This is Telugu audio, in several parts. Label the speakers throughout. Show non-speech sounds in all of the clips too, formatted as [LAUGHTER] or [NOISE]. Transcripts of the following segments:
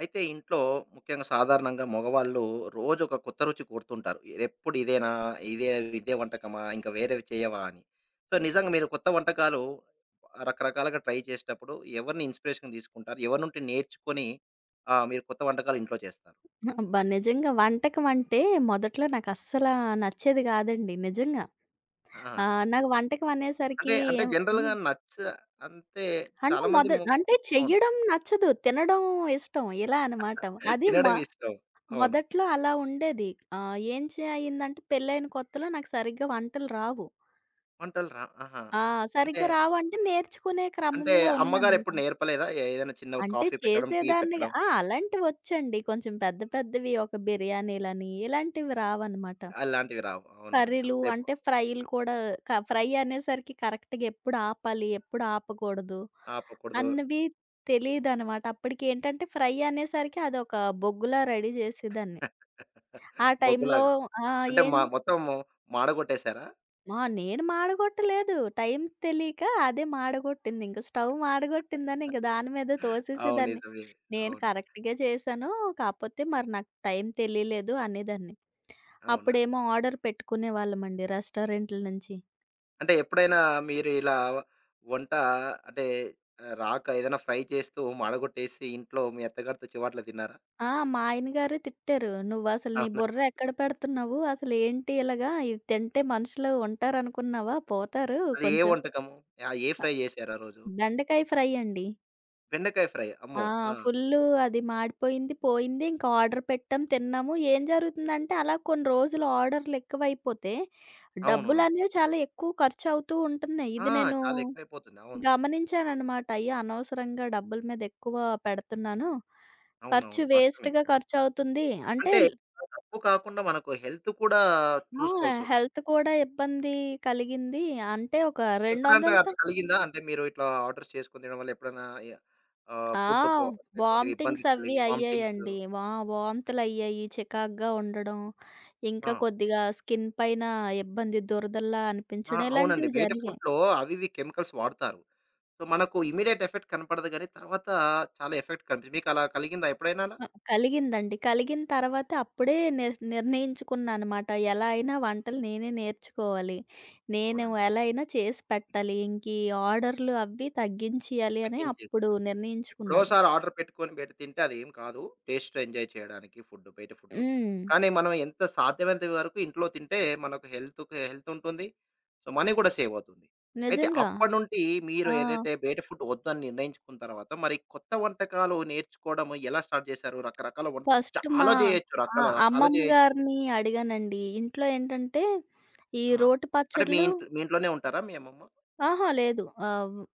Speaker 1: అయితే ఇంట్లో ముఖ్యంగా సాధారణంగా మగవాళ్ళు రోజు ఒక కొత్త రుచి కోరుతుంటారు. ఎప్పుడు ఇదేనా? ఇదే ఇదే వంటకమా? ఇంకా వేరేవి చేయవా? అని. సో, నిజంగా మీరు కొత్త వంటకాలు రకరకాలుగా ట్రై చేసేటప్పుడు ఎవరిని ఇన్స్పిరేషన్‌గా తీసుకుంటారు? ఎవరి నుండి నేర్చుకొని ఆహ్, మీరు కొత్త వంటకాలు ఇంట్లో చేస్తారు?
Speaker 2: అబ్బా! నిజంగా వంటకం అంటే మొదట్లో నాకస్సలా నచ్చేది గాదండి నిజంగా.
Speaker 1: ఆ!
Speaker 2: నాకు వంటకం
Speaker 1: అంటే
Speaker 2: అనేసరికి
Speaker 1: అంటే
Speaker 2: ఏం హ్మ్.
Speaker 1: జనరల్‌గా నచ్చ అంటే
Speaker 2: అంటే
Speaker 1: చాలామంది
Speaker 2: మొద
Speaker 1: ము
Speaker 2: అంటే
Speaker 1: అవును.
Speaker 2: చెయ్యడం నచ్చదు. తినడం ఇష్టం ఇలా అనమాట. అది మొ
Speaker 1: తినడం ఇష్టం. అవును.
Speaker 2: మొదట్లో అలా ఉండేది. ఏం చే అయిందంటే పెళ్లైన కొత్తలో నాకు సరిగ్గా వంటలు రావు.
Speaker 1: వంటలు రా ఆహా!
Speaker 2: ఆ!
Speaker 1: అంటే
Speaker 2: సరిగ్గా రావంటే నేర్చుకునే
Speaker 1: అంటే
Speaker 2: క్రమంలో ఉన్నానింక.
Speaker 1: అమ్మగారెప్పుడు నేర్పలేదా? ఏ- ఏదైనా చిన్న
Speaker 2: అంటే
Speaker 1: కాఫీ పెట్టడం, టీ
Speaker 2: చేసేదాన్నిగా
Speaker 1: పెట్టడం?
Speaker 2: ఆ! అలాంటివొచ్చండి. కొంచెం పెద్ద పెద్దవి ఒక బిర్యానీలని ఇలాంటివి రావనమాట.
Speaker 1: అలాంటివి రావు. అవునండి.
Speaker 2: కర్రీలు
Speaker 1: అప్పుడే ప
Speaker 2: అంటే ఫ్రైలు కూడా ఫ్రై అనేసరికి కరెక్ట్‌గా ఎప్పుడు ఆపాలి, ఎప్పుడు ఆపకూడదు
Speaker 1: ఆపకూడదు.
Speaker 2: అన్నవి తెలీదనమాట. అప్పటికేంటంటే ఫ్రై అనేసరికి అదొక బొగ్గులా రెడీ జేసేదాన్ని. ఆ
Speaker 1: [LAUGHS]
Speaker 2: టైంలో
Speaker 1: బొగ్గులాగా.
Speaker 2: ఆ!
Speaker 1: అంటే
Speaker 2: ఏం
Speaker 1: మా మొత్తం మాడగొట్టేసారా?
Speaker 2: ఆ! నేను మాడగొట్టలేదు. టైం తెలీక అదే మాడగొట్టింది. ఇంక స్టవ్ మాడగొట్టిందని ఇంక దాని మీదే
Speaker 1: అవును.
Speaker 2: తోసేసేదాన్ని.
Speaker 1: నిజమే.
Speaker 2: నేను
Speaker 1: అవును.
Speaker 2: కరెక్ట్‌గే చేశాను. కాపోతే మరి నాకు టైం తెలియలేదు అనేదాన్ని.
Speaker 1: అవునా?
Speaker 2: అప్పుడేమో ఆర్డర్ పెట్టుకునేవాళ్ళమండి రెస్టారెంట్‌ల నుంచి.
Speaker 1: అంటే ఎప్పుడైనా మీరు ఇలా వంట అంటే ఆహ్, రాక ఏదైనా ఫ్రై చేస్తూ మాడగొట్టేసి ఇంట్లో మీ అత్తగారితో చివాట్లు తిన్నారా?
Speaker 2: ఆ! మా ఆయన గారు తిట్టారు. "నువ్వసలు నీ
Speaker 1: అవునా?
Speaker 2: బుర్ర ఎక్కడ పెడుతున్నావు? అసలేంటి ఇలాగా? ఇది తింటే మనుషులు ఉంటారనుకున్నావా? పోతారు."
Speaker 1: అది ఏ
Speaker 2: కొంచెం
Speaker 1: వంటకము? ఆహ్, ఏ ఫ్రై చేశారు ఆ రోజు?
Speaker 2: బెండకాయ ఫ్రై అండి.
Speaker 1: బెండకాయ ఫ్రై.
Speaker 2: ఆ!
Speaker 1: అమ్మో! ఆ!
Speaker 2: ఫుల్లు అది మాడిపోయింది, పోయింది. ఇంకా ఆర్డర్ పెట్టాం, తిన్నాము. ఏం జరుగుతుందంటే అలా కొన్ని రోజులు ఆర్డర్‌లు ఎక్కువైపోతే
Speaker 1: అవునవును.
Speaker 2: డబ్బులనేవి చాలా ఎక్కువ ఖర్చవుతూ ఉంటున్నాయి.
Speaker 1: ఆ!
Speaker 2: ఇది నేను
Speaker 1: చాలా ఎక్కువైపోతుంది. అవును.
Speaker 2: గమనించాననమాట. అయ్యో! అనవసరంగా డబ్బుల మీద ఎక్కువ పెడుతున్నాను.
Speaker 1: అవునవును.
Speaker 2: ఖర్చు
Speaker 1: వాస్తవమే.
Speaker 2: వేస్ట్‌గా ఖర్చవుతుంది. అంటే
Speaker 1: అంటే తప్పు కాకుండా మనకు హెల్త్ కూడా
Speaker 2: ఆ!
Speaker 1: చూసుకోవాల్సొస్తుంది.
Speaker 2: హెల్త్ కూడా ఇబ్బంది కలిగింది. అంటే ఒక
Speaker 1: ఎప్పుడంటే
Speaker 2: 200తో
Speaker 1: అట్లా కలిగిందా? అంటే మీరు ఇట్లా ఆర్డర్స్ చేసుకొని తినడం వల్ల ఎప్పుడన్నా ఎ ఆహ్,
Speaker 2: ఆ!
Speaker 1: ఫుడ్ పో అంటే కొద్దిగా ఇబ్బంది
Speaker 2: వామిటింగ్స్ అవి
Speaker 1: కలిగి వామిటింగ్స్
Speaker 2: అయ్యాయండి. వాంతులయ్యాయి, చికాకుగా ఉండడం,
Speaker 1: ఆ!
Speaker 2: ఇంకా కొద్దిగా స్కిన్ పైన ఇబ్బంది దురదల్లా
Speaker 1: ఆ!
Speaker 2: అనిపించడం
Speaker 1: అవునండి.
Speaker 2: ఇలాంటివి
Speaker 1: బయట
Speaker 2: జరిగాయి.
Speaker 1: ఫుడ్‌లో అవి ఇవి కెమికల్స్ వాడతారు. సో, మనకు ఇమ్మీడియేట్ ఎఫెక్ట్ కనపడదు గానీ తర్వాత చాలా ఎఫెక్ట్ కనిపి మీకు అలా కలిగిందా ఎప్పుడైనా అలా?
Speaker 2: ఆ! కలిగిందండి. కలిగిన తర్వాత అప్పుడే నిర్ణయించుకున్నాననమాట. ఎలా అయినా వంటలు నేనే నేర్చుకోవాలి. నేను
Speaker 1: అవునండి.
Speaker 2: ఎలా అయినా చేసి పెట్టాలి. ఇంక ఈ ఆర్డర్‌లు అవి తగ్గించేయాలి అని అప్పుడు
Speaker 1: తగ్గించేసారు.
Speaker 2: నిర్ణయించుకున్నాను.
Speaker 1: ఎప్పుడోసారి ఆర్డర్ పెట్టుకొని పెట్టి తింటే అదేం కాదు. టేస్ట్ ఎంజాయ్ చేయడానికి ఫుడ్ బయట ఫుడ్.
Speaker 2: హ్మ్.
Speaker 1: కానీ మనం ఎంత సాధ్యమైనంత వరకు ఇంట్లో తింటే మనకు హెల్త్‌కి హెల్త్ ఉంటుంది. సో, మనీ కూడా సేవ్ అవుతుంది. అయితే
Speaker 2: నిజంగా.
Speaker 1: అప్పటి నుండి మీరు
Speaker 2: ఆ!
Speaker 1: ఏదైతే బయట ఫుడ్ వద్దని నిర్ణయించుకున్న తర్వాత మరి కొత్త వంటకాలు నేర్చుకోవడం ఎలా స్టార్ట్ చేశారు? రకరకాల వం
Speaker 2: ఫస్ట్ మా
Speaker 1: చాలా చేయొచ్చు.
Speaker 2: ఆ!
Speaker 1: రకాల రకాలు
Speaker 2: అమ్మమ్మ
Speaker 1: చేయొచ్చు.
Speaker 2: గారిని అడిగానండి. ఇంట్లో ఏంటంటే, ఈ
Speaker 1: ఆ!
Speaker 2: రోటి
Speaker 1: అంటే మీ
Speaker 2: పచ్చడ్లు
Speaker 1: ఇంట్లో మీ ఇంట్లోనే ఉంటారా మీ అమ్మమ్మ?
Speaker 2: అహా! లేదు. ఆహ్, వ్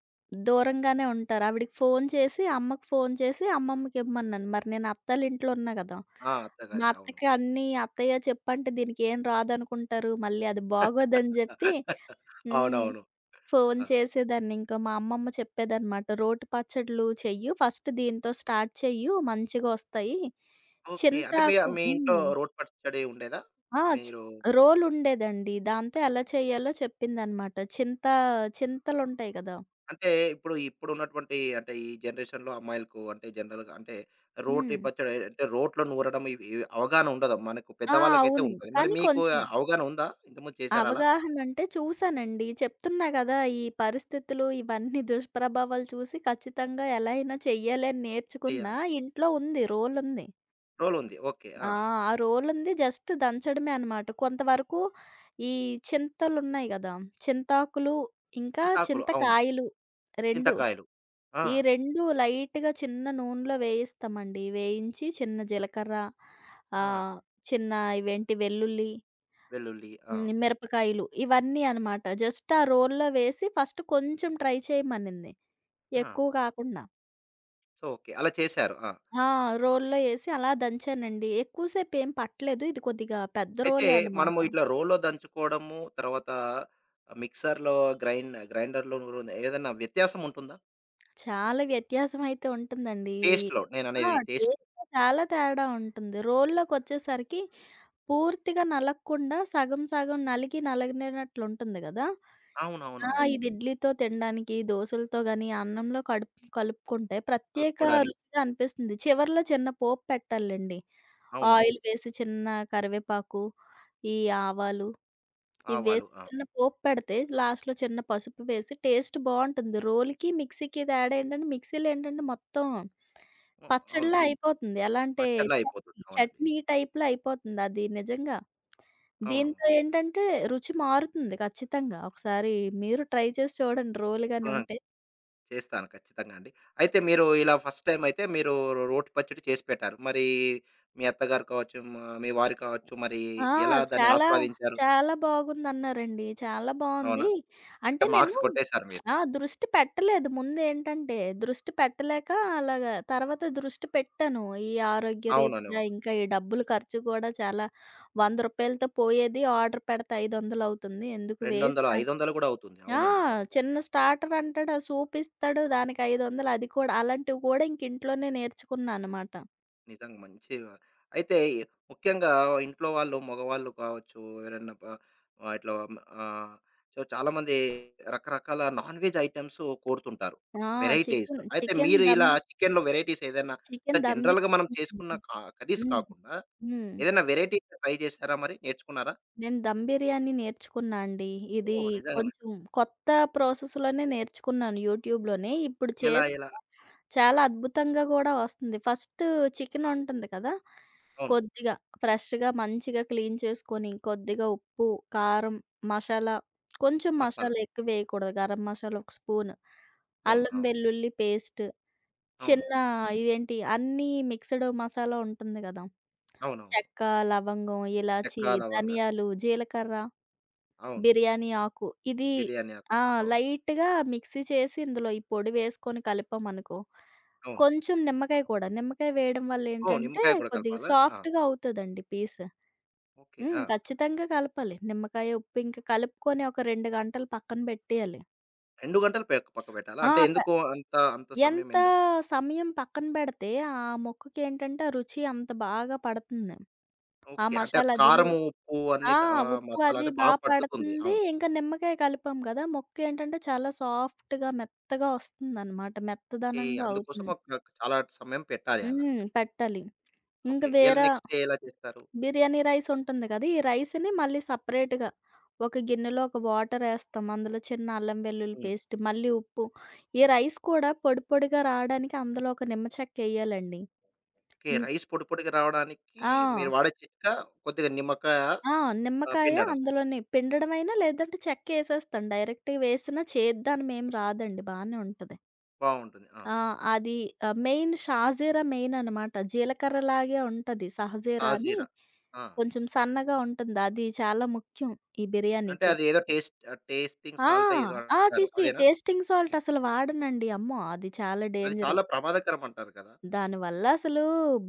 Speaker 2: దూరంగానే ఉంటారు. ఆవిడకి ఫోను చేసి, అమ్మకి ఫోను చేసి అమ్మమ్మకిమ్మన్నాను. మరి నేను అత్తాలింట్లో ఉన్నా గదా!
Speaker 1: ఆ!
Speaker 2: మా
Speaker 1: అత్తగారింట. అవును.
Speaker 2: అత్తకి అన్నీ అత్తయ్య చెప్పంటే దీనికేం రాదనుకుంటారు. మళ్ళీ అది బాగోదని జెప్పి
Speaker 1: [LAUGHS]
Speaker 2: హ్మ్.
Speaker 1: అవునవును.
Speaker 2: ఫోను
Speaker 1: ఆ!
Speaker 2: చేసేదాన్నింక. మా అమ్మమ్మ చెప్పేదనమాట. "రోటి పచ్చడ్లు చెయ్యి. ఫస్ట్ దీంతో స్టార్ట్ చెయ్యి. మంచిగొస్తాయి.
Speaker 1: ఓకే. అంటే మీ
Speaker 2: చింతాకు."
Speaker 1: మీ ఇంట్లో
Speaker 2: హ్మ్.
Speaker 1: రోటి పచ్చడి ఉండేదా?
Speaker 2: ఆ! చి
Speaker 1: మీరు
Speaker 2: రోలుండేదండి. దాంతో ఎలా చెయ్యాలో చెప్పిందనమాట. చింతలుంటాయి గదా!
Speaker 1: అంటే ఇప్పుడున్నటువంటి అంటే ఈ జనరేషన్‌లో అమ్మాయిలకు అంటే జనరల్‌గా అంటే రోటి
Speaker 2: హ్మ్.
Speaker 1: పచ్చడి అంటే రోట్లో నూరడం ఇవి ఇవి అవగాహన ఉండదు. మనకు
Speaker 2: ఆ!
Speaker 1: పెద్దవాళ్ళకైతే
Speaker 2: అవును.
Speaker 1: ఉంటది. మరి
Speaker 2: కానీ
Speaker 1: మీకు
Speaker 2: కొంచెం
Speaker 1: అవగాహన ఉందా? ఇంతకుముందు చేశారా అలా?
Speaker 2: అవగాహనంటే చూసానండి. చెప్తున్నా గదా! ఈ పరిస్థితులు ఇవన్నీ దుష్ప్రభావాలు చూసి ఖచ్చితంగా ఎలా అయినా చెయ్యాలి అని నేర్చుకున్నా.
Speaker 1: చేయాలి.
Speaker 2: ఇంట్లో ఉంది. రోలుంది.
Speaker 1: రోల్ ఉంది. ఓకే. ఆ!
Speaker 2: ఆ! ఆ రోలుంది జస్ట్ దంచడమే అనమాట. కొంతవరకు ఈ చింతలున్నాయి గదా! చింతాకులు, ఇంకా
Speaker 1: చింతాకులు అవును.
Speaker 2: చింతకాయలు 2
Speaker 1: చింతకాయలు. ఆ!
Speaker 2: ఈ 2 లైట్‌గా చిన్న నూనెలో వేయిస్తామండి. వేయించి చిన్న జీలకర్ర,
Speaker 1: ఆ!
Speaker 2: ఆహ్, చిన్న ఇవేంటి వెల్లుల్లి,
Speaker 1: వెల్లుల్లి. ఆ!
Speaker 2: హ్మ్, మిరపకాయలు ఇవన్నీ అనమాట. జస్ట్ ఆ రోల్లో వేసి ఫస్ట్ కొంచెం ట్రై చేయమనింది.
Speaker 1: ఆ!
Speaker 2: ఎక్కువ కాకుండా.
Speaker 1: So, okay. అలా చేశారు. ఆ!
Speaker 2: ఆ! రోల్లో ఏసి అలా దంచానండి. ఎక్కువ సేపేం పట్టలేదు. ఇది కొద్దిగా పెద్ద
Speaker 1: అయితే
Speaker 2: రోలే అనమాట.
Speaker 1: మనము ఇట్లా రోల్లో దంచుకోవడము, తర్వాత మిక్సర్‌లో గ్రైండ్ గ్రైండర్‌లో నూరుంది ఏదన్నా వ్యత్యాసం ఉంటుందా?
Speaker 2: చాలా వ్యత్యాసమైతే ఉంటుందండి.
Speaker 1: టేస్ట్‌లో
Speaker 2: ఆ!
Speaker 1: నేననేది టేస్ట్‌లో.
Speaker 2: టేస్ట్‌లో చాలా తేడా ఉంటుంది. రోల్లోకొచ్చేసరికి పూర్తిగా నలగకుండా సగం సగం నలిగి నలగననట్లుంటుంది గదా! ఆ!
Speaker 1: అవునవునవును.
Speaker 2: ఇది ఇడ్లీతో తినడానికి, దోసలతో గాని, అన్నంలో కడుపు కలుపుకుంటే ప్రత్యేక
Speaker 1: కలుపుకోవడానికి.
Speaker 2: రుచిగా అనిపిస్తుంది. చివర్లో చిన్న పోపు పెట్టాలెండి.
Speaker 1: అవునవును.
Speaker 2: ఆయిల్ వేసి చిన్న కరివేపాకు, ఈ ఆవాలు ఇవి
Speaker 1: ఆవాలు.
Speaker 2: వేసి
Speaker 1: ఆ!
Speaker 2: చిన్న పోపు పెడితే లాస్ట్‌లో చిన్న పసుపు వేసి టేస్ట్ బావుంటుంది. రోలుకి, మిక్సీకి తేడా ఏంటంటే మిక్సీలో ఏంటంటే మొత్తం
Speaker 1: హ్మ్. అవును.
Speaker 2: పచ్చడిలా అయిపోతుంది. ఎలా అంటే
Speaker 1: పచ్చడిలా అయిపోతుంది.
Speaker 2: చట్నీ,
Speaker 1: అవునండి.
Speaker 2: చట్నీ టైప్‌లో అయిపోతుంది అది నిజంగా.
Speaker 1: అవునవును.
Speaker 2: దీంతో ఏంటంటే రుచి మారుతుంది ఖచ్చితంగా. ఒకసారి మీరు ట్రై చేసి చూడండి రోలు గాని
Speaker 1: హ్మ్.
Speaker 2: ఉంటే.
Speaker 1: చేస్తాను ఖచ్చితంగా అండి. అయితే మీరు ఇలా ఫస్ట్ టైమ్ అయితే మీరు రో రోటి పచ్చడి చేసి పెట్టారు. మరి మీ అత్తగారు కావచ్చు, మ మీ వారు కావచ్చు, మరి
Speaker 2: ఆ!
Speaker 1: ఎలా దాన్ని
Speaker 2: చాలా,
Speaker 1: ఆస్వాదించారు?
Speaker 2: చాలా బాగుందన్నారండి. చాలా
Speaker 1: అవునా?
Speaker 2: బావుంది.
Speaker 1: అయితే
Speaker 2: అంటే నేను
Speaker 1: మార్క్స్ కొట్టేసారు మీరు.
Speaker 2: ఆ! దృష్టి పెట్టలేదు. ముందేంటంటే దృష్టి పెట్టలేక అలాగా తర్వాత దృష్టి పెట్టాను. ఈ
Speaker 1: అవునండి.
Speaker 2: ఆరోగ్యరీత్యా ఇంకా ఈ డబ్బులు ఖర్చు కూడా చాలా ₹100తో పోయేది ఆర్డర్ పెడితే 500 అవుతుంది. ఎందుకు వేస్ట్
Speaker 1: 200,
Speaker 2: అని
Speaker 1: 500 కూడా అవుతుంది.
Speaker 2: ఆ!
Speaker 1: అవునండి. వాస్తవం.
Speaker 2: చిన్న స్టార్టర్ అంటాడు. ఆ సూప్ ఇస్తాడు. దానికి 500 అది కూడా అలాంటివి కూడా ఇంక ఇంట్లోనే నేర్చుకున్నా అనమాట.
Speaker 1: నిజంగా మంచి అయితే ముఖ్యంగా ఇంట్లో వాళ్ళు, మగవాళ్ళు కావచ్చు, ఎవరైనా ప ఆహ్, ఇట్లా ఆహ్, సో, చాలామంది రకరకాల నాన్‌వెజ్ ఐటెమ్స్ కోరుతుంటారు.
Speaker 2: ఆ!
Speaker 1: వెరైటీస్.
Speaker 2: చికెన్,
Speaker 1: అయితే
Speaker 2: చికెన్
Speaker 1: మీరు
Speaker 2: దమ్
Speaker 1: ఇలా చికెన్‌లో వెరైటీస్ ఏదైనా అంటే
Speaker 2: చికెన్ దమ్
Speaker 1: జనరల్‌గా మనం
Speaker 2: బిర్యానీ
Speaker 1: చేసుకున్న
Speaker 2: అండి.
Speaker 1: క కర్రీస్
Speaker 2: హ్మ్.
Speaker 1: కాకుండా
Speaker 2: హ్మ్.
Speaker 1: ఏదైనా వెరైటీ ట్రై చేసారా మరి? నేర్చుకున్నారా?
Speaker 2: నేను దమ్ బిర్యానీ నేర్చుకున్నా అండి. ఇది
Speaker 1: ఓహ్!
Speaker 2: ఓకే.
Speaker 1: నిజంగానా?
Speaker 2: కొంచెం కొత్త ప్రాసెస్‌లోనే నేర్చుకున్నాను యూట్యూబ్‌లోనే. ఇప్పుడు
Speaker 1: ఎలా?
Speaker 2: చేస్తే
Speaker 1: ఎలా?
Speaker 2: చాలా అద్భుతంగా గూడా వస్తుంది. ఫస్ట్ చికెన్ ఉంటుంది కదా!
Speaker 1: అవును.
Speaker 2: కొద్దిగా ఫ్రెష్‌గా మంచిగా క్లీన్ చేసుకొని, కొద్దిగా ఉప్పు, కారం, మసాలా కొంచెం
Speaker 1: మసాలా.
Speaker 2: మసాలా ఎక్కువ వేయకూడదు. గరం మసాలా ఒక స్పూను,
Speaker 1: అవును.
Speaker 2: అల్లం
Speaker 1: అవును.
Speaker 2: వెల్లుల్లి పేస్ట్,
Speaker 1: అవును.
Speaker 2: చిన్న
Speaker 1: హ్మ్.
Speaker 2: ఇదేంటి అన్నీ మిక్స్‌డ్ మసాలా ఉంటుంది గదా!
Speaker 1: అవునవును.
Speaker 2: చెక్క, లవంగం,
Speaker 1: చెక్క,
Speaker 2: ఇలాచి,
Speaker 1: లవంగా.
Speaker 2: ధనియాలు, జీలకర్ర,
Speaker 1: అవును.
Speaker 2: బిర్యానీ ఆకు ఇది
Speaker 1: బిర్యానీ ఆకు.
Speaker 2: ఆ!
Speaker 1: అవును.
Speaker 2: లైట్‌గా మిక్సీ చేసి ఇందులో ఈ పొడి వేసుకొని కలిపామనుకో,
Speaker 1: అవును.
Speaker 2: కొంచెం నిమ్మకాయ కూడా, నిమ్మకాయ వేయడం వల్ల
Speaker 1: ఓహ్!
Speaker 2: ఏంటంటే
Speaker 1: నిమ్మకాయ కూడా
Speaker 2: కొద్దిగా
Speaker 1: కలపాలా? ఆ!
Speaker 2: సాఫ్ట్‌గా అవుతదండి పీస్.
Speaker 1: ఓకే.
Speaker 2: హ్మ్.
Speaker 1: ఆ!
Speaker 2: ఖచ్చితంగా కలపాలి. నిమ్మకాయ, ఉప్పు ఇంక కలుపుకొని ఒక 2 గంటలు పక్కన పెట్టేయాలి.
Speaker 1: 2 గంటలు పె పక్కబెట్టాలా?
Speaker 2: ఆ!
Speaker 1: అంటే ఎందుకు
Speaker 2: ప
Speaker 1: అంత అంత సమయం
Speaker 2: ఎంత
Speaker 1: ఎందుకు?
Speaker 2: సమయం పక్కన పెడితే ఆ మొక్కకేంటంటే ఆ రుచి అంత బాగా పడుతుంది. ఆ
Speaker 1: ఓకే. అంటే ఆ
Speaker 2: మసాలా అది లే
Speaker 1: కారము, ఉప్పు అన్ని
Speaker 2: ఆ!
Speaker 1: ద ఆహ్,
Speaker 2: ఉప్పు
Speaker 1: మసాలా
Speaker 2: అది
Speaker 1: అది
Speaker 2: బా
Speaker 1: బాగా పట్టుతుంది.
Speaker 2: పడుతుంది.
Speaker 1: అవును.
Speaker 2: ఇంకా నిమ్మకాయ కలిపాం గదా! ముక్కేంటంటే చాలా సాఫ్ట్‌గా, మెత్తగా వస్తుందనమాట.
Speaker 1: ఓకే.
Speaker 2: మెత్తదనంగా
Speaker 1: అందుకోసం
Speaker 2: అవుతుంది.
Speaker 1: ఒక చాలా సమయం పెట్టాలి అలా.
Speaker 2: హ్మ్. పెట్టాలి. ఇంక
Speaker 1: ఓకే. ఎలా
Speaker 2: వేరే
Speaker 1: నెక్స్ట్ డే ఎలా చేస్తారు?
Speaker 2: బిర్యానీ రైస్ ఉంటుంది కదా! ఈ రైస్‌ని మళ్ళీ సెపరేట్‌గా ఒక గిన్నెలో ఒక వాటరేస్తాం. అందులో చిన్న అల్లం వెల్లుల్లి
Speaker 1: హ్మ్.
Speaker 2: పేస్ట్, మళ్ళీ ఉప్పు. ఈ రైస్ కూడా పొడి పొడిగా రాడానికి అందులో ఒక నిమ్మ చెక్కేయాలండి.
Speaker 1: ఓకే.
Speaker 2: హ్మ్.
Speaker 1: రైస్ పొడి పొడిగా రావడానికి
Speaker 2: ఆ!
Speaker 1: మీరు వాడే చిట్కా కొద్దిగా నిమ్మకాయ
Speaker 2: ఆ!
Speaker 1: ఆహ్,
Speaker 2: నిమ్మకాయ
Speaker 1: పిండడం.
Speaker 2: అందులోనే పిండడమైనా లేదంటే చెక్కేసేస్తాను. డైరెక్ట్‌గా వేసినా చేదుదనమేం రాదండి. బానే ఉంటది.
Speaker 1: బావుంటుంది. ఆ!
Speaker 2: ఆ! అది ఆహ్, మెయిన్ షాజీరా మెయిన్ అనమాట. జీలకర్రలాగే ఉంటది. సహజీరా అని
Speaker 1: షాజీరా. ఆ!
Speaker 2: కొంచెం సన్నగా ఉంటుంది. అది చాలా ముఖ్యం ఈ
Speaker 1: అంటే
Speaker 2: బిర్యానీకి.
Speaker 1: అది ఏదో టేస్ట్ టేస్టింగ్
Speaker 2: ఆ!
Speaker 1: సాల్టో ఏదో
Speaker 2: ఆ! ఛీ!
Speaker 1: అంటారు.
Speaker 2: ఛీ!
Speaker 1: అదేనా?
Speaker 2: టేస్టింగ్ సాల్ట్ అసలు వాడనండి. అమ్మో! అది చాలా
Speaker 1: అది
Speaker 2: డేంజరు.
Speaker 1: చాలా ప్రమాదకరం అంటారు కదా!
Speaker 2: దానివల్ల అసలు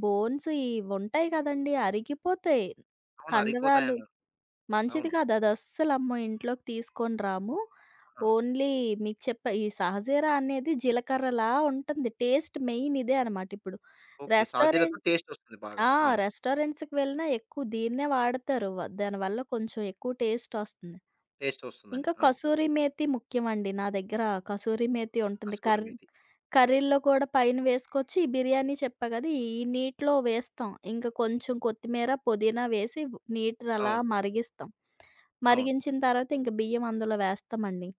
Speaker 2: బోన్స్ ఇవుంటాయి కదండీ! అరిగిపోతాయి.
Speaker 1: అవునా?
Speaker 2: కండరాలు
Speaker 1: అరిగిపోతాయన్నారు.
Speaker 2: మంచిది
Speaker 1: అవును.
Speaker 2: కాదు. అదస్సలమ్మో ఇంట్లోకి తీసుకొని రాము.
Speaker 1: ఆ!
Speaker 2: ఓన్లీ మీకు చెప్పా ఈ సహజీరా అనేది జీలకర్రలా ఉంటుంది. టేస్ట్ మెయిన్ ఇదే అనమాట ఇప్పుడు.
Speaker 1: ఓకే. సాజీరతో
Speaker 2: రెస్టారెంట్
Speaker 1: టేస్టొస్తుంది బాగా.
Speaker 2: ఆ!
Speaker 1: అవును.
Speaker 2: రెస్టారెంట్స్‌కి వెళ్ళినా ఎక్కువ దీన్నే వాడతారు. దానివల్ల కొంచెం ఎక్కువ టేస్ట్ ఒస్తుంది.
Speaker 1: టేస్టొస్తుందని.
Speaker 2: ఇంకా
Speaker 1: అవును.
Speaker 2: కసూరి మేతి ముఖ్యమండి. నా దగ్గర కసూరి మేతి ఉంటుంది.
Speaker 1: కస్తూరి మేతి.
Speaker 2: కర్రీల్లో కూడా పైన వేసుకోవచ్చు. ఈ బిర్యానీ చెప్పా కదా! ఈ నీటిలో వేస్తాం. ఇంకా కొంచెం కొత్తిమీర, పుదీనా వేసి నీటిలో అలా
Speaker 1: అవును.
Speaker 2: మరిగిస్తాం.
Speaker 1: అవును.
Speaker 2: మరిగించిన తర్వాత ఇంక బియ్యం అందులో వేస్తామండి.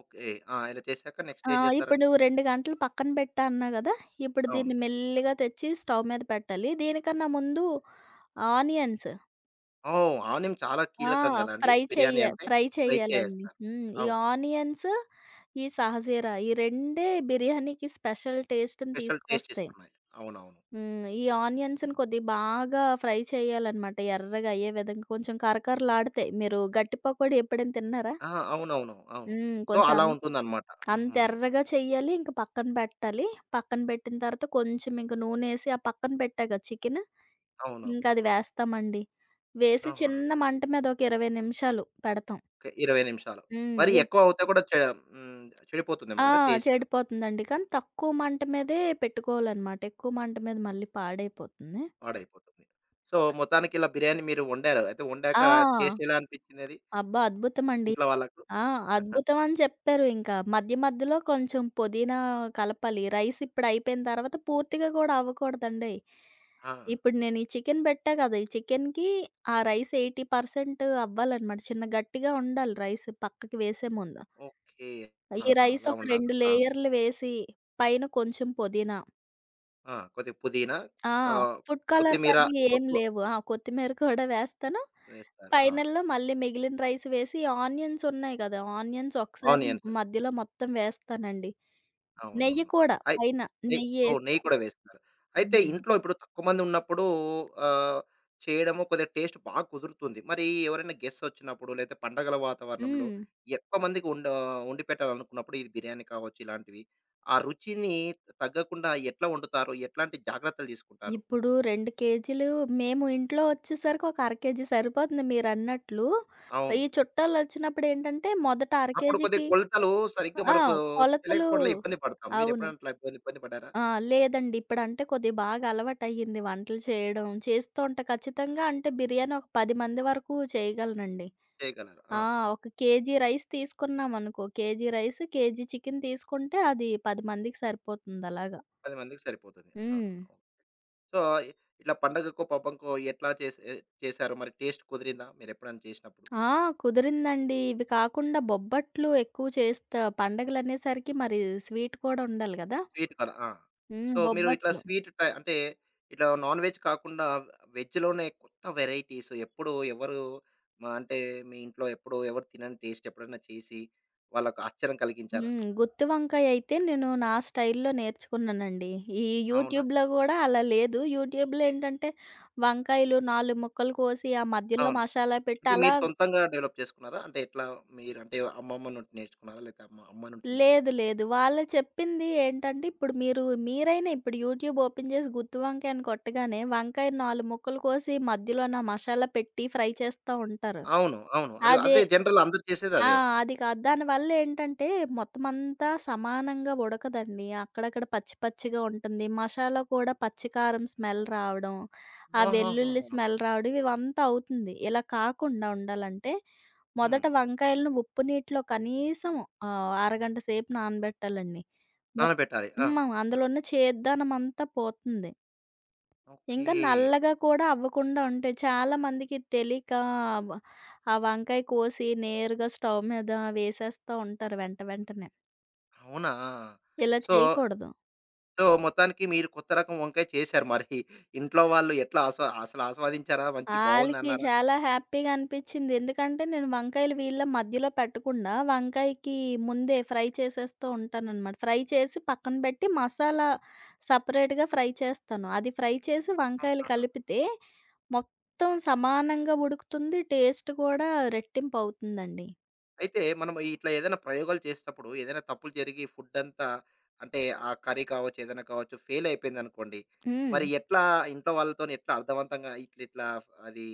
Speaker 1: ఓకే. ఆ! ఇలా చేశాక నెక్స్ట్
Speaker 2: ఆ!
Speaker 1: ఏం
Speaker 2: ఇప్పుడు
Speaker 1: చేస్తారండి?
Speaker 2: నువ్వు 2 గంటలు పక్కన పెట్టా అన్నా గదా! ఇప్పుడు
Speaker 1: అవును.
Speaker 2: దీన్ని మెల్లిగా తెచ్చి స్టవ్ మీద పెట్టాలి. దీనికన్నా ముందు ఆనియన్స్
Speaker 1: ఓహ్! ఆనియం చాలా
Speaker 2: ఆ!
Speaker 1: కీలకం గదండీ! బిర్యానీ అంటే
Speaker 2: ఫ్రై
Speaker 1: ఫ్రై
Speaker 2: చెయ్యాలండి.
Speaker 1: చేసేస్తారు.
Speaker 2: హ్మ్. ఈ
Speaker 1: అవును.
Speaker 2: ఆనియన్స్, ఈ షాహజీరా ఈ రెండే బిర్యానీకి స్పెషల్ టేస్ట్‌ని
Speaker 1: స్పెషల్
Speaker 2: తీసుకొస్తాయి.
Speaker 1: టేస్టిస్తున్నాయి. అవునవును.
Speaker 2: హ్మ్. ఈ ఆనియన్స్‌ని కొద్దిగా బాగా ఫ్రై చేయాలనమాట. ఎర్రగా అయ్యే విధంగా కొంచెం కరకరలాడతాయి. మీరు గట్టి పకోడీ ఎప్పుడైనా తిన్నారా?
Speaker 1: ఆ! అవునవును. అవును.
Speaker 2: హ్మ్.
Speaker 1: సో,
Speaker 2: కొంచెం
Speaker 1: అలా
Speaker 2: అంత
Speaker 1: ఉంటుందన్నమాట.
Speaker 2: అంత
Speaker 1: హుహు.
Speaker 2: ఎర్రగా చెయ్యాలి. ఇంక పక్కన పెట్టాలి. పక్కన పెట్టిన తర్వాత కొంచెం ఇంక నూనేసి ఆ పక్కన పెట్టా గదా చికెను,
Speaker 1: అవునవును.
Speaker 2: ఇంకది వేస్తామండి. వేసి
Speaker 1: ఆహా!
Speaker 2: చిన్న మంట మీద ఒక 20 నిమిషాలు పెడతాం.
Speaker 1: ఓకే. 20 నిమిషాలు.
Speaker 2: హ్మ్.
Speaker 1: మరి
Speaker 2: ఎ
Speaker 1: ఎక్కువ అవుతే కూడా చె హ్మ్. చెడిపోతుందేమో
Speaker 2: ఆ!
Speaker 1: గదా! టేస్ట్.
Speaker 2: చెడిపోతుందండి. కానీ తక్కువ మంట మీదే పెట్టుకోవాలనమాట. ఎక్కువ మంట మీద మళ్ళీ పాడైపోతుంది.
Speaker 1: పాడైపోతుంది. సో, మొత్తానికి ఇలా బిర్యానీ మీరు వండారు. అయితే వండాక
Speaker 2: ఆ!
Speaker 1: టేస్ట్ ఎలా అనిపించిందది
Speaker 2: అబ్బా! అద్భుతమండి.
Speaker 1: ఇంట్లో వాళ్ళకు?
Speaker 2: ఆ! అద్భుతం అని చెప్పారు ఇంకా. మధ్య మధ్యలో కొంచెం పుదీనా కలపాలి. రైస్ ఇప్పుడు అయిపోయిన తర్వాత పూర్తిగా కూడా అవ్వకూడదండి.
Speaker 1: ఆ!
Speaker 2: ఇప్పుడు నేను ఈ చికెన్ పెట్టా కదా! ఈ చికెన్‌కి ఆ రైస్ 80% అవ్వాలన్నమాట. చిన్న గట్టిగా ఉండాలి రైస్ పక్కకి వేసే ముందు.
Speaker 1: ఓకే.
Speaker 2: ఈ
Speaker 1: ఆహా!
Speaker 2: రైస్
Speaker 1: అలా
Speaker 2: ఒక
Speaker 1: ఉండాలి.
Speaker 2: 2
Speaker 1: ఆ!
Speaker 2: లేయర్‌లు వేసి పైన కొంచెం పుదీనా.
Speaker 1: ఆ! కొద్దిగా పుదీనా
Speaker 2: ఆ!
Speaker 1: ఆహ్,
Speaker 2: ఫుడ్ కలర్‌లు
Speaker 1: కొత్తిమీర
Speaker 2: అవి
Speaker 1: కొ
Speaker 2: ఏం
Speaker 1: కొ
Speaker 2: లేవు. ఆ! కొత్తిమీర కూడా వేస్తాను.
Speaker 1: వేస్తారు. ఆ!
Speaker 2: ఫైనల్‌లో మళ్ళీ మిగిలిన రైస్ వేసి ఆనియన్స్ ఉన్నాయి కదా! ఆనియన్స్ ఒకసారి
Speaker 1: ఆనియన్స్.
Speaker 2: మధ్యలో మొత్తం వేస్తానండి. నెయ్యి
Speaker 1: అవునవును.
Speaker 2: కూడా
Speaker 1: అయి
Speaker 2: పైన
Speaker 1: నెయ్ ఓహ్! నెయ్యి
Speaker 2: నెయ్యేస్తా.
Speaker 1: కూడా వేస్తారు. అయితే
Speaker 2: హ్మ్.
Speaker 1: ఇంట్లో ఇప్పుడు తక్కువ మంది ఉన్నప్పుడు ఆహ్, చేయడము కొద్దిగా టేస్ట్ బాగా కుదురుతుంది. మరి ఎవరైనా గెస్ట్స్ వచ్చినప్పుడు లేతే పండగల వాతావరణంలో
Speaker 2: హ్మ్.
Speaker 1: ఎక్కువ మందికి వండ వండి పెట్టాలనుకున్నప్పుడు ఇది బిర్యానీ కావచ్చు ఇలాంటివి. ఆ రుచిని తగ్గకుండా ఎట్లా వండుతారు? ఎట్లాంటి జాగ్రత్తలు తీసుకుంటారు?
Speaker 2: ఇప్పుడు 2 కేజీలు మేము ఇంట్లో వచ్చేసరికి ఒక అర కేజీ సరిపోతుంది మీరన్నట్లు.
Speaker 1: అవును.
Speaker 2: ఈ చుట్టాలొచ్చినప్పుడేంటంటే మొదట అర
Speaker 1: అప్పుడు కొద్దిగా
Speaker 2: కేజీకి
Speaker 1: కొలతలు సరిగ్గా
Speaker 2: ఆ!
Speaker 1: మనకు
Speaker 2: కొలతలు
Speaker 1: తెలియకపోవడంలో ఇబ్బంది పడతాం.
Speaker 2: అవును.
Speaker 1: మీరెప్పుడైనా అట్లా ఇబ్బంది ఇబ్బంది పడ్డారా?
Speaker 2: ఆ! లేదండి. ఇప్పుడంటే కొద్దిగా బాగా అలవాటయ్యింది వంటలు చేయడం. చేస్తూ ఉంటా ఖచ్చితంగా అంటే బిర్యానీ ఒక 10 మంది వరకు చేయగలనండి.
Speaker 1: చేయగలరా? ఆ!
Speaker 2: ఆ! ఒక కేజీ రైస్ తీసుకున్నామనుకో, కేజీ రైస్, కేజీ చికెన్ తీసుకుంటే అది 10 మందికి సరిపోతుందలాగా.
Speaker 1: 10 మందికి సరిపోతుంది. ఆహా!
Speaker 2: హ్మ్.
Speaker 1: ఓకే. సో, ఇట్లా పండగకో, పబ్బంకో ఎట్లా చేసే చేశారు? మరి టేస్ట్ కుదిరిందా మీరెప్పుడైనా చేసినప్పుడు?
Speaker 2: ఆ! కుదిరిందండి. ఇవి కాకుండా బొబ్బట్లు ఎక్కువ చేస్తా. పండగలనేసరికి మరి స్వీట్ కూడా ఉండాలి గదా!
Speaker 1: స్వీట్ కదా! ఆ!
Speaker 2: హ్మ్.
Speaker 1: సో, మీరు ఇట్లా
Speaker 2: బొబ్బట్లు.
Speaker 1: స్వీట్ టై అంటే ఇట్లా నాన్ వెజ్ కాకుండా వెజ్‌లోనే కొత్త వెరైటీస్ ఎప్పుడూ ఎవరు మ అంటే మీ ఇంట్లో ఎప్పుడూ ఎవరు తినని టేస్ట్ ఎప్పుడైనా చేసి వాళ్ళకి ఆశ్చర్యం కలిగించారా?
Speaker 2: హ్మ్. గుత్తి వంకాయ అయితే నేను నా స్టైల్‌లో నేర్చుకున్నానండి. ఈ
Speaker 1: అవునా?
Speaker 2: యూట్యూబ్‌లో గూడా అలా లేదు. యూట్యూబ్‌లో ఏంటంటే వంకాయలు 4 ముక్కలు కోసి, ఆ మధ్యలో
Speaker 1: అవును.
Speaker 2: మసాలా పెట్టి
Speaker 1: అంటే
Speaker 2: అలా
Speaker 1: మీరు సొంతంగా డెవలప్ చేసుకున్నారా? అంటే ఎట్లా మీరు అంటే అమ్మమ్మ నుండి నేర్చుకున్నారా? లేతే అమ్మ అమ్మ నుండి
Speaker 2: లేదు.
Speaker 1: నేర్చుకున్నారా?
Speaker 2: లేదు. వాళ్ళు చెప్పింది ఏంటంటే, ఇప్పుడు మీరు మీరైనా ఇప్పుడు యూట్యూబ్ ఓపెన్ చేసి గుత్తి వంకాయ అని కొట్టగానే, వంకాయ 4 ముక్కలు కోసి మధ్యలో నా మసాలా పెట్టి ఫ్రై చేస్తా ఉంటారు.
Speaker 1: అవును. అవును. అదే
Speaker 2: అదే
Speaker 1: అదే జనరల్ అందరూ
Speaker 2: ఆ!
Speaker 1: చేసేదదే.
Speaker 2: అది కాదు. దానివల్లేంటంటే, మొత్తమంతా సమానంగా ఉడకదండి. అక్కడక్కడ పచ్చి పచ్చిగా ఉంటుంది. మసాలా కూడా పచ్చి కారం స్మెల్ రావడం, ఆ వెల్లుల్లి
Speaker 1: ఆహాహాహా!
Speaker 2: స్మెల్ రావడం ఇవంతా అవుతుంది. ఇలా కాకుండా ఉండాలంటే,
Speaker 1: హ్మ్.
Speaker 2: మొదట వంకాయలను ఉప్పు నీటిలో కనీసం అరగంట సేపు నానబెట్టాలండి. మొత్
Speaker 1: నానబెట్టాలి. ఆ!
Speaker 2: హ్మ్. అందులో ఉన్న చేదుదనమంతా పోతుంది. ఇంకా
Speaker 1: ఓకే.
Speaker 2: నల్లగా కూడా అవ్వకుండా ఉంటాయి. చాలామందికి తెలియక వ ఆ వంకాయ కోసి నేరుగా స్టవ్ మీద వేసేస్తా ఉంటారు వెంట వెంటనే.
Speaker 1: అవునా!
Speaker 2: ఇలా
Speaker 1: సో,
Speaker 2: చేయకూడదు.
Speaker 1: సో, మొత్తానికి మీరు కొత్త రకం వంకాయ చేశారు మరి. ఇంట్లో వాళ్ళు ఎట్లా ఆస్వా అసలు ఆస్వాదించారా? మంచి
Speaker 2: ఆళ్ళకి
Speaker 1: బావుందన్నారా?
Speaker 2: చాలా హ్యాపీగా అనిపిచ్చింది. ఎందుకంటే నేను వంకాయలు వీళ్ళ మధ్యలో పెట్టకుండా వంకాయకి ముందే ఫ్రై చేసేస్తూ ఉంటాననమాట. ఫ్రై చేసి పక్కన పెట్టి మసాలా సెపరేట్‌గా ఫ్రై చేస్తాను. అది ఫ్రై చేసి వంకాయలు
Speaker 1: ఆహాహా!
Speaker 2: కలిపితే మొత్తం సమానంగా ఉడుకుతుంది. టేస్ట్ కూడా రెట్టింపు అవుతుందండి.
Speaker 1: అయితే మనం ఇట్లా ఏదైనా ప్రయోగాలు చేసేటప్పుడు ఏదైనా తప్పులు జరిగి ఫుడ్డంతా అంటే ఆ కర్రీ కావచ్చు, ఏదైనా కావచ్చు ఫెయిల్ అయిపోయిందనుకోండి.
Speaker 2: హ్మ్.
Speaker 1: మరి ఎట్లా ఇంట్లో వాళ్ళతోని ఎట్లా అర్థవంతంగా ఇట్ల ఇట్లా అది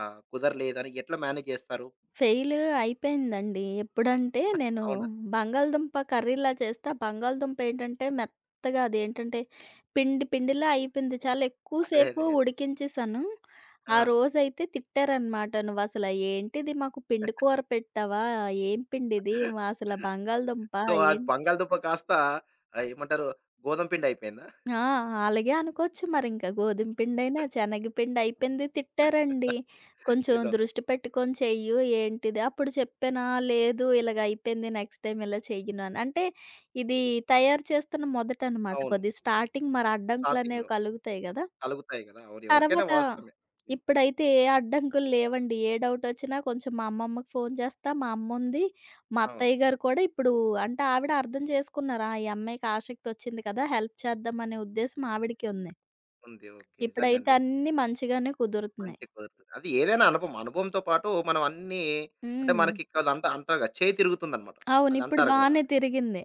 Speaker 1: ఆహ్, కుదరలేదని ఎట్లా మేనేజ్ చేస్తారు?
Speaker 2: ఫెయిల్ అయిపోయిందండి. ఎప్పుడంటే నేను
Speaker 1: అవునా?
Speaker 2: బంగాళదుంప కర్రీలా చేస్తే, ఆ బంగాళదుంప ఏంటంటే మెత్తగా అదేంటంటే పిండి పిండిలా అయిపోయింది. చాలా ఎక్కువ
Speaker 1: అదే.
Speaker 2: సేపు
Speaker 1: అదే. అదే.
Speaker 2: ఉడికించేసాను.
Speaker 1: ఆ!
Speaker 2: ఆ రోజైతే తిట్టారనమాట. "నువ్వసల ఏంటిది మాకు పిండి కూర పెట్టావా? ఏం పిండిది? అసల బంగాళదుంప
Speaker 1: సో, ఆ
Speaker 2: ఏం."
Speaker 1: బంగాళదుంప కాస్త ఆహ్, ఏమంటారు గోధుమ పిండి అయిపోయిందా?
Speaker 2: ఆ! అలాగే అనుకోవచ్చు మరింక. గోధుమ పిండైనా, శనగపిండి అయిపోయింది తిట్టారండి. కొంచెం
Speaker 1: నిజం.
Speaker 2: దృష్టి పెట్టుకొని చెయ్యు ఏంటిది? అప్పుడు చెప్పానా, లేదు ఇలాగ అయిపోయింది నెక్స్ట్ టైమ్ ఇలా చెయ్యను అని. అంటే ఇది తయారు చేస్తున్న మొదటనమాట.
Speaker 1: అవును.
Speaker 2: కొద్దిగా స్టార్టింగ్ మరి అడ్డంకులనేవి
Speaker 1: స్టార్టింగ్‌లో
Speaker 2: కలుగుతాయి గదా!
Speaker 1: కలుగుతాయి గదా! అవును. ఎవరికైనా
Speaker 2: తర్వాత
Speaker 1: వాస్తవమే. హ్మ్.
Speaker 2: ఇప్పుడైతే ఏ అడ్డంకులు లేవండి. ఏ డౌటొచ్చినా కొంచెం మా అమ్మమ్మకి ఫోను చేస్తా. మా అమ్ముంది. మా
Speaker 1: అవును.
Speaker 2: అత్తయ్య గారు కూడా ఇప్పుడు అంటే ఆవిడ అర్థం చేసుకున్నారు. ఆ! ఈ అమ్మాయికి ఆసక్తొచ్చింది కదా! హెల్ప్ చేద్దామనే ఉద్దేశం ఆవిడకి ఉంది.
Speaker 1: ఉంది. ఓకే. నిజంగా
Speaker 2: ఇప్పుడైతే
Speaker 1: అండి.
Speaker 2: అన్నీ మంచిగానే కుదురుతున్నాయి.
Speaker 1: మంచి కుదురుతుంది. అది ఏదైనా అనుభవం. అనుభవంతో పాటు మనం అన్నీ అంటే
Speaker 2: హ్మ్.
Speaker 1: మనకి అది అంట అంటారు గదా! చేయి తిరుగుతుందన్నమాట.
Speaker 2: అవును.
Speaker 1: అది
Speaker 2: ఇప్పుడు
Speaker 1: అంటారు గదా!
Speaker 2: బానే తిరిగింది.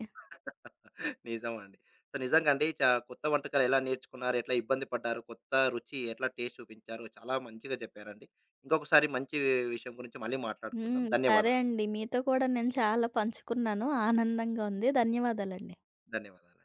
Speaker 1: [LAUGHS] నిజం అండి. సో, నిజంగా అండి చ కొత్త వంటకాలు ఎలా నేర్చుకున్నారు? ఎట్లా ఇబ్బంది పడ్డారు? కొత్త రుచి ఎట్లా టేస్ట్ చూపించారు? చాలా మంచిగా చెప్పారండి. ఇంకొకసారి మంచి విషయం గురించి మళ్ళీ మాట్లాడుకుందాం.
Speaker 2: హ్మ్. సరే
Speaker 1: ధన్యవాదాలు.
Speaker 2: అండి. మీతో కూడా నేను చాలా పంచుకున్నాను. ఆనందంగా ఉంది. ధన్యవాదాలండి.
Speaker 1: ధన్యవాదాలు.